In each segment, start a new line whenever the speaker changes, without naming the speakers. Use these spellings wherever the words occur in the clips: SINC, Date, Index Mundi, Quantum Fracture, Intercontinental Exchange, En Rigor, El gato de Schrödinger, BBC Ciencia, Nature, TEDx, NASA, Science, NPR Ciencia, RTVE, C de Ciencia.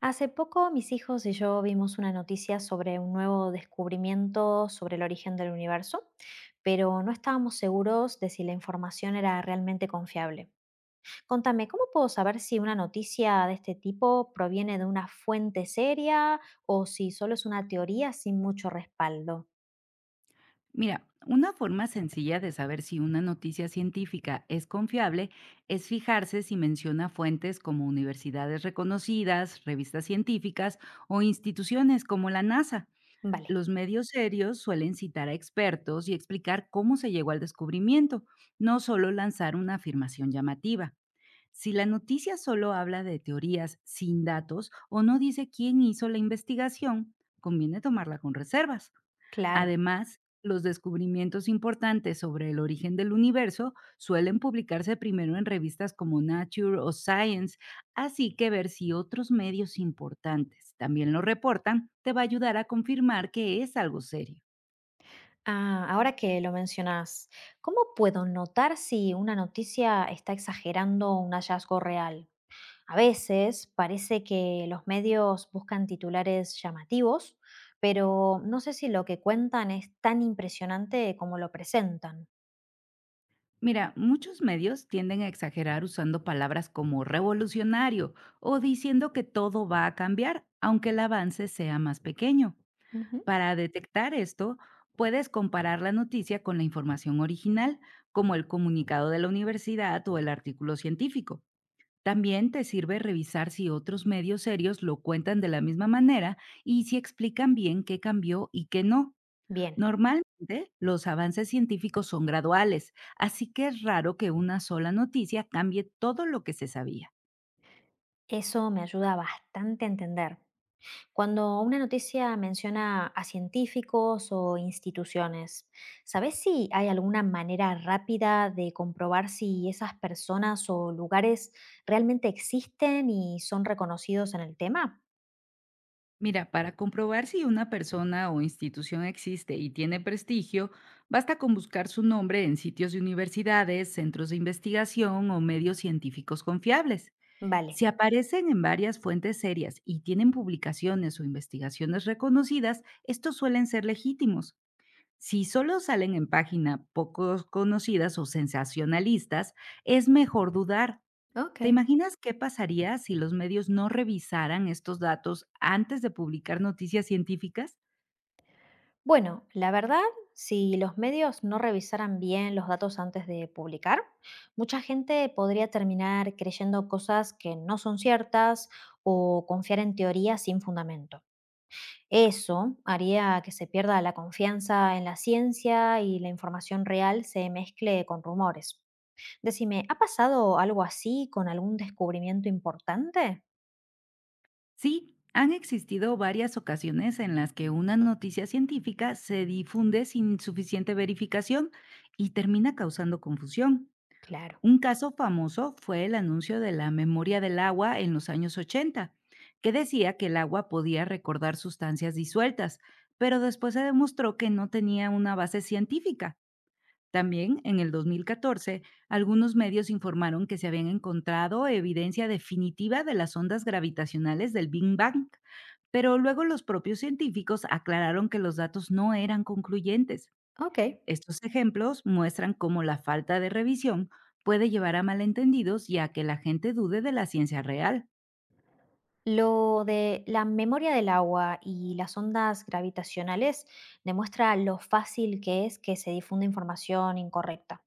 Hace poco mis hijos y yo vimos una noticia sobre un nuevo descubrimiento sobre el origen del universo, pero no estábamos seguros de si la información era realmente confiable. Contame, ¿cómo puedo saber si una noticia de este tipo proviene de una fuente seria o si solo es una teoría sin mucho respaldo?
Mira, una forma sencilla de saber si una noticia científica es confiable es fijarse si menciona fuentes como universidades reconocidas, revistas científicas o instituciones como la NASA.
Vale,
Los medios serios suelen citar a expertos y explicar cómo se llegó al descubrimiento, no solo lanzar una afirmación llamativa. Si la noticia solo habla de teorías sin datos o no dice quién hizo la investigación, conviene tomarla con reservas.
claro.
Además, los descubrimientos importantes sobre el origen del universo suelen publicarse primero en revistas como Nature o Science, así que ver si otros medios importantes también lo reportan te va a ayudar a confirmar que es algo serio.
Ah, ahora que lo mencionas, ¿cómo puedo notar si una noticia está exagerando un hallazgo real? A veces parece que los medios buscan titulares llamativos, pero no sé si lo que cuentan es tan impresionante como lo presentan.
Mira, muchos medios tienden a exagerar usando palabras como revolucionario o diciendo que todo va a cambiar, aunque el avance sea más pequeño.
Ujú.
Para detectar esto, puedes comparar la noticia con la información original, como el comunicado de la universidad o el artículo científico. También te sirve revisar si otros medios serios lo cuentan de la misma manera y si explican bien qué cambió y qué no.
Bien,
Normalmente los avances científicos son graduales, así que es raro que una sola noticia cambie todo lo que se sabía.
eso me ayuda bastante a entender. Cuando una noticia menciona a científicos o instituciones, ¿sabes si hay alguna manera rápida de comprobar si esas personas o lugares realmente existen y son reconocidos en el tema?
Mira, para comprobar si una persona o institución existe y tiene prestigio, basta con buscar su nombre en sitios de universidades, centros de investigación o medios científicos confiables.
Vale.
Si aparecen en varias fuentes serias y tienen publicaciones o investigaciones reconocidas, estos suelen ser legítimos. Si solo salen en páginas poco conocidas o sensacionalistas, es mejor dudar.
Ok.
¿Te imaginas qué pasaría si los medios no revisaran estos datos antes de publicar noticias científicas?
Bueno, la verdad, si los medios no revisaran bien los datos antes de publicar, mucha gente podría terminar creyendo cosas que no son ciertas o confiar en teorías sin fundamento. Eso haría que se pierda la confianza en la ciencia y la información real se mezcle con rumores. Decime, ¿ha pasado algo así con algún descubrimiento importante?
Sí, han existido varias ocasiones en las que una noticia científica se difunde sin suficiente verificación y termina causando confusión.
Claro.
Un caso famoso fue el anuncio de la memoria del agua en los años 80, que decía que el agua podía recordar sustancias disueltas, pero después se demostró que no tenía una base científica. También, en el 2014, algunos medios informaron que se habían encontrado evidencia definitiva de las ondas gravitacionales del Big Bang, pero luego los propios científicos aclararon que los datos no eran concluyentes.
Ok.
Estos ejemplos muestran cómo la falta de revisión puede llevar a malentendidos y a que la gente dude de la ciencia real.
Lo de la memoria del agua y las ondas gravitacionales demuestra lo fácil que es que se difunda información incorrecta.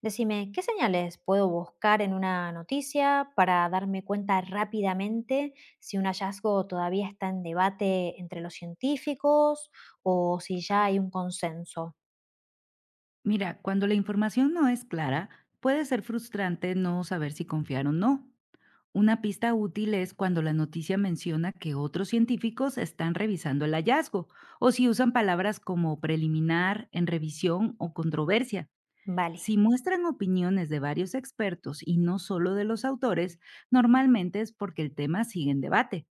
Decime, ¿qué señales puedo buscar en una noticia para darme cuenta rápidamente si un hallazgo todavía está en debate entre los científicos o si ya hay un consenso?
Mira, cuando la información no es clara, puede ser frustrante no saber si confiar o no. Una pista útil es cuando la noticia menciona que otros científicos están revisando el hallazgo, o si usan palabras como preliminar, en revisión o controversia.
Vale,
Si muestran opiniones de varios expertos y no solo de los autores, normalmente es porque el tema sigue en debate.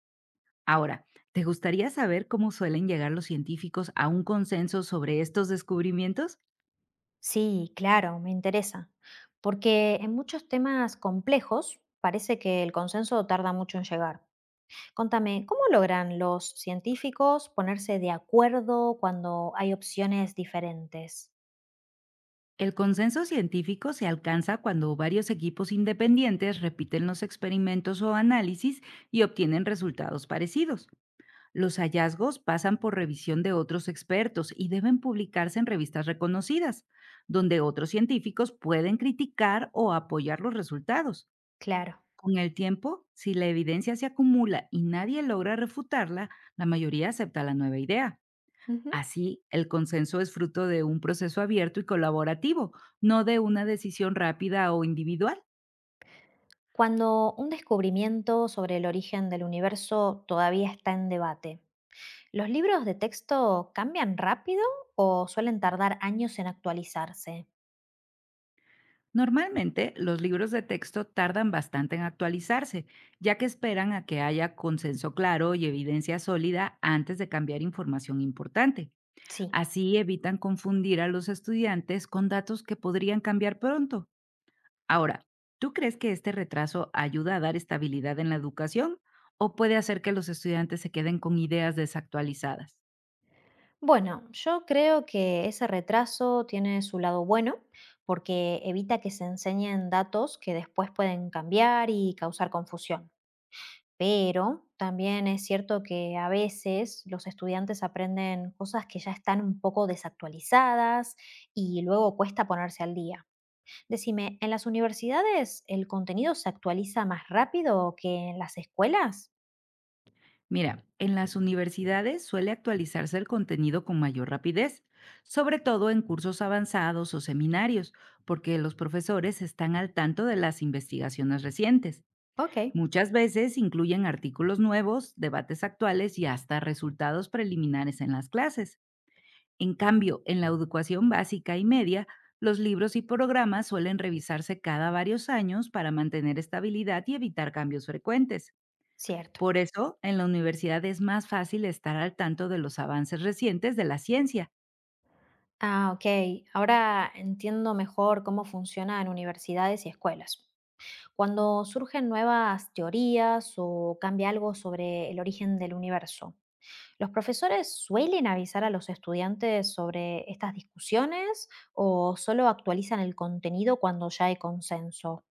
Ahora, ¿te gustaría saber cómo suelen llegar los científicos a un consenso sobre estos descubrimientos?
sí, claro, me interesa. Porque en muchos temas complejos parece que el consenso tarda mucho en llegar. Contame, ¿cómo logran los científicos ponerse de acuerdo cuando hay opciones diferentes?
El consenso científico se alcanza cuando varios equipos independientes repiten los experimentos o análisis y obtienen resultados parecidos. Los hallazgos pasan por revisión de otros expertos y deben publicarse en revistas reconocidas, donde otros científicos pueden criticar o apoyar los resultados.
Claro.
Con el tiempo, si la evidencia se acumula y nadie logra refutarla, la mayoría acepta la nueva idea.
Ujú.
Así, el consenso es fruto de un proceso abierto y colaborativo, no de una decisión rápida o individual.
Cuando un descubrimiento sobre el origen del universo todavía está en debate, ¿los libros de texto cambian rápido o suelen tardar años en actualizarse?
Normalmente, los libros de texto tardan bastante en actualizarse, ya que esperan a que haya consenso claro y evidencia sólida antes de cambiar información importante.
Sí.
Así evitan confundir a los estudiantes con datos que podrían cambiar pronto. Ahora, ¿tú crees que este retraso ayuda a dar estabilidad en la educación o puede hacer que los estudiantes se queden con ideas desactualizadas?
Bueno, yo creo que ese retraso tiene su lado bueno porque evita que se enseñen datos que después pueden cambiar y causar confusión. Pero también es cierto que a veces los estudiantes aprenden cosas que ya están un poco desactualizadas y luego cuesta ponerse al día. Decime, ¿en las universidades el contenido se actualiza más rápido que en las escuelas?
Mira, en las universidades suele actualizarse el contenido con mayor rapidez, sobre todo en cursos avanzados o seminarios, porque los profesores están al tanto de las investigaciones recientes.
Ok.
Muchas veces incluyen artículos nuevos, debates actuales y hasta resultados preliminares en las clases. En cambio, en la educación básica y media, los libros y programas suelen revisarse cada varios años para mantener estabilidad y evitar cambios frecuentes.
Cierto.
Por eso, en la universidad es más fácil estar al tanto de los avances recientes de la ciencia.
Ah, ok. Ahora entiendo mejor cómo funciona en universidades y escuelas. Cuando surgen nuevas teorías o cambia algo sobre el origen del universo, ¿los profesores suelen avisar a los estudiantes sobre estas discusiones o solo actualizan el contenido cuando ya hay consenso?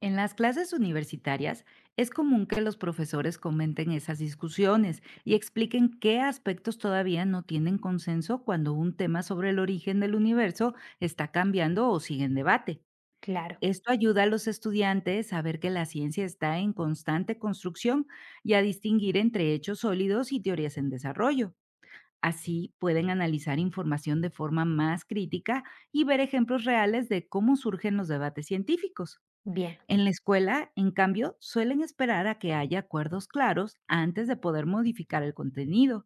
En las clases universitarias es común que los profesores comenten esas discusiones y expliquen qué aspectos todavía no tienen consenso cuando un tema sobre el origen del universo está cambiando o sigue en debate.
Claro,
Esto ayuda a los estudiantes a ver que la ciencia está en constante construcción y a distinguir entre hechos sólidos y teorías en desarrollo. Así pueden analizar información de forma más crítica y ver ejemplos reales de cómo surgen los debates científicos.
bien.
En la escuela, en cambio, suelen esperar a que haya acuerdos claros antes de poder modificar el contenido.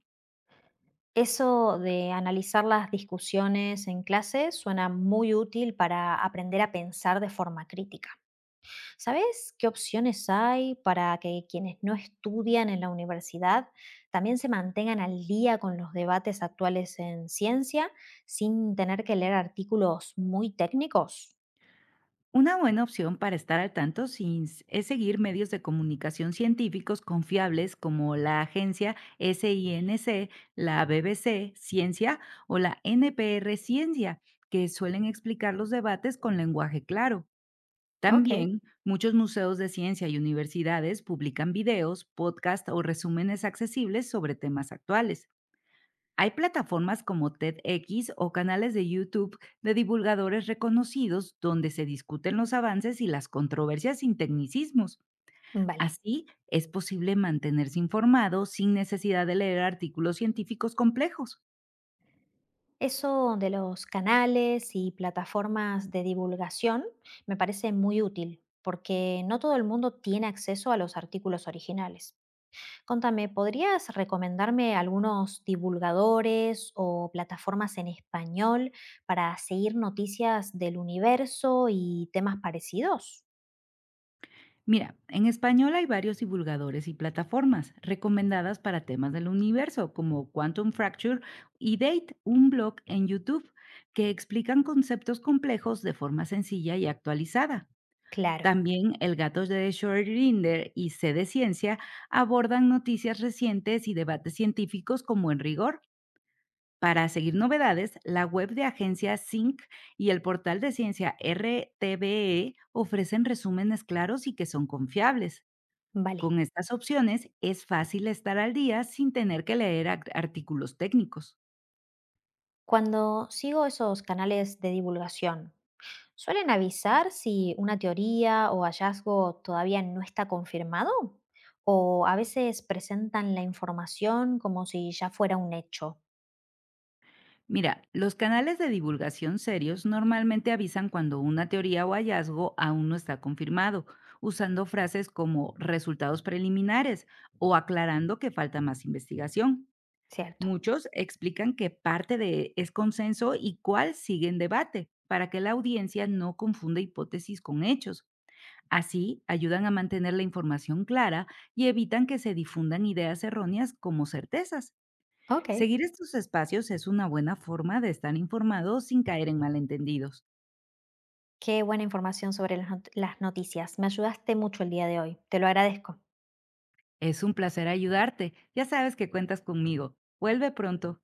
Eso de analizar las discusiones en clase suena muy útil para aprender a pensar de forma crítica. ¿Sabes qué opciones hay para que quienes no estudian en la universidad también se mantengan al día con los debates actuales en ciencia sin tener que leer artículos muy técnicos?
Una buena opción para estar al tanto es seguir medios de comunicación científicos confiables como la agencia SINC, la BBC Ciencia o la NPR Ciencia, que suelen explicar los debates con lenguaje claro.
Ok,
También, muchos museos de ciencia y universidades publican videos, podcasts o resúmenes accesibles sobre temas actuales. Hay plataformas como TEDx o canales de YouTube de divulgadores reconocidos donde se discuten los avances y las controversias sin tecnicismos.
vale.
Así, es posible mantenerse informado sin necesidad de leer artículos científicos complejos.
Eso de los canales y plataformas de divulgación me parece muy útil porque no todo el mundo tiene acceso a los artículos originales. Contame, ¿podrías recomendarme algunos divulgadores o plataformas en español para seguir noticias del universo y temas parecidos?
Mira, en español hay varios divulgadores y plataformas recomendadas para temas del universo, como Quantum Fracture y Date, un blog en YouTube, que explican conceptos complejos de forma sencilla y actualizada.
Claro,
También El gato de Schrödinger y C de Ciencia abordan noticias recientes y debates científicos como En Rigor. Para seguir novedades, la web de agencia Sync y el portal de ciencia RTVE ofrecen resúmenes claros y que son confiables.
vale.
Con estas opciones es fácil estar al día sin tener que leer artículos técnicos.
Cuando sigo esos canales de divulgación, ¿suelen avisar si una teoría o hallazgo todavía no está confirmado? ¿O a veces presentan la información como si ya fuera un hecho?
Mira, los canales de divulgación serios normalmente avisan cuando una teoría o hallazgo aún no está confirmado, usando frases como resultados preliminares o aclarando que falta más investigación.
Cierto.
Muchos explican que parte de es consenso y cuál sigue en debate, para que la audiencia no confunda hipótesis con hechos. Así, ayudan a mantener la información clara y evitan que se difundan ideas erróneas como certezas.
Ok.
Seguir estos espacios es una buena forma de estar informado sin caer en malentendidos.
Qué buena información sobre las las noticias. Me ayudaste mucho el día de hoy. Te lo agradezco.
Es un placer ayudarte. Ya sabes que cuentas conmigo. Vuelve pronto.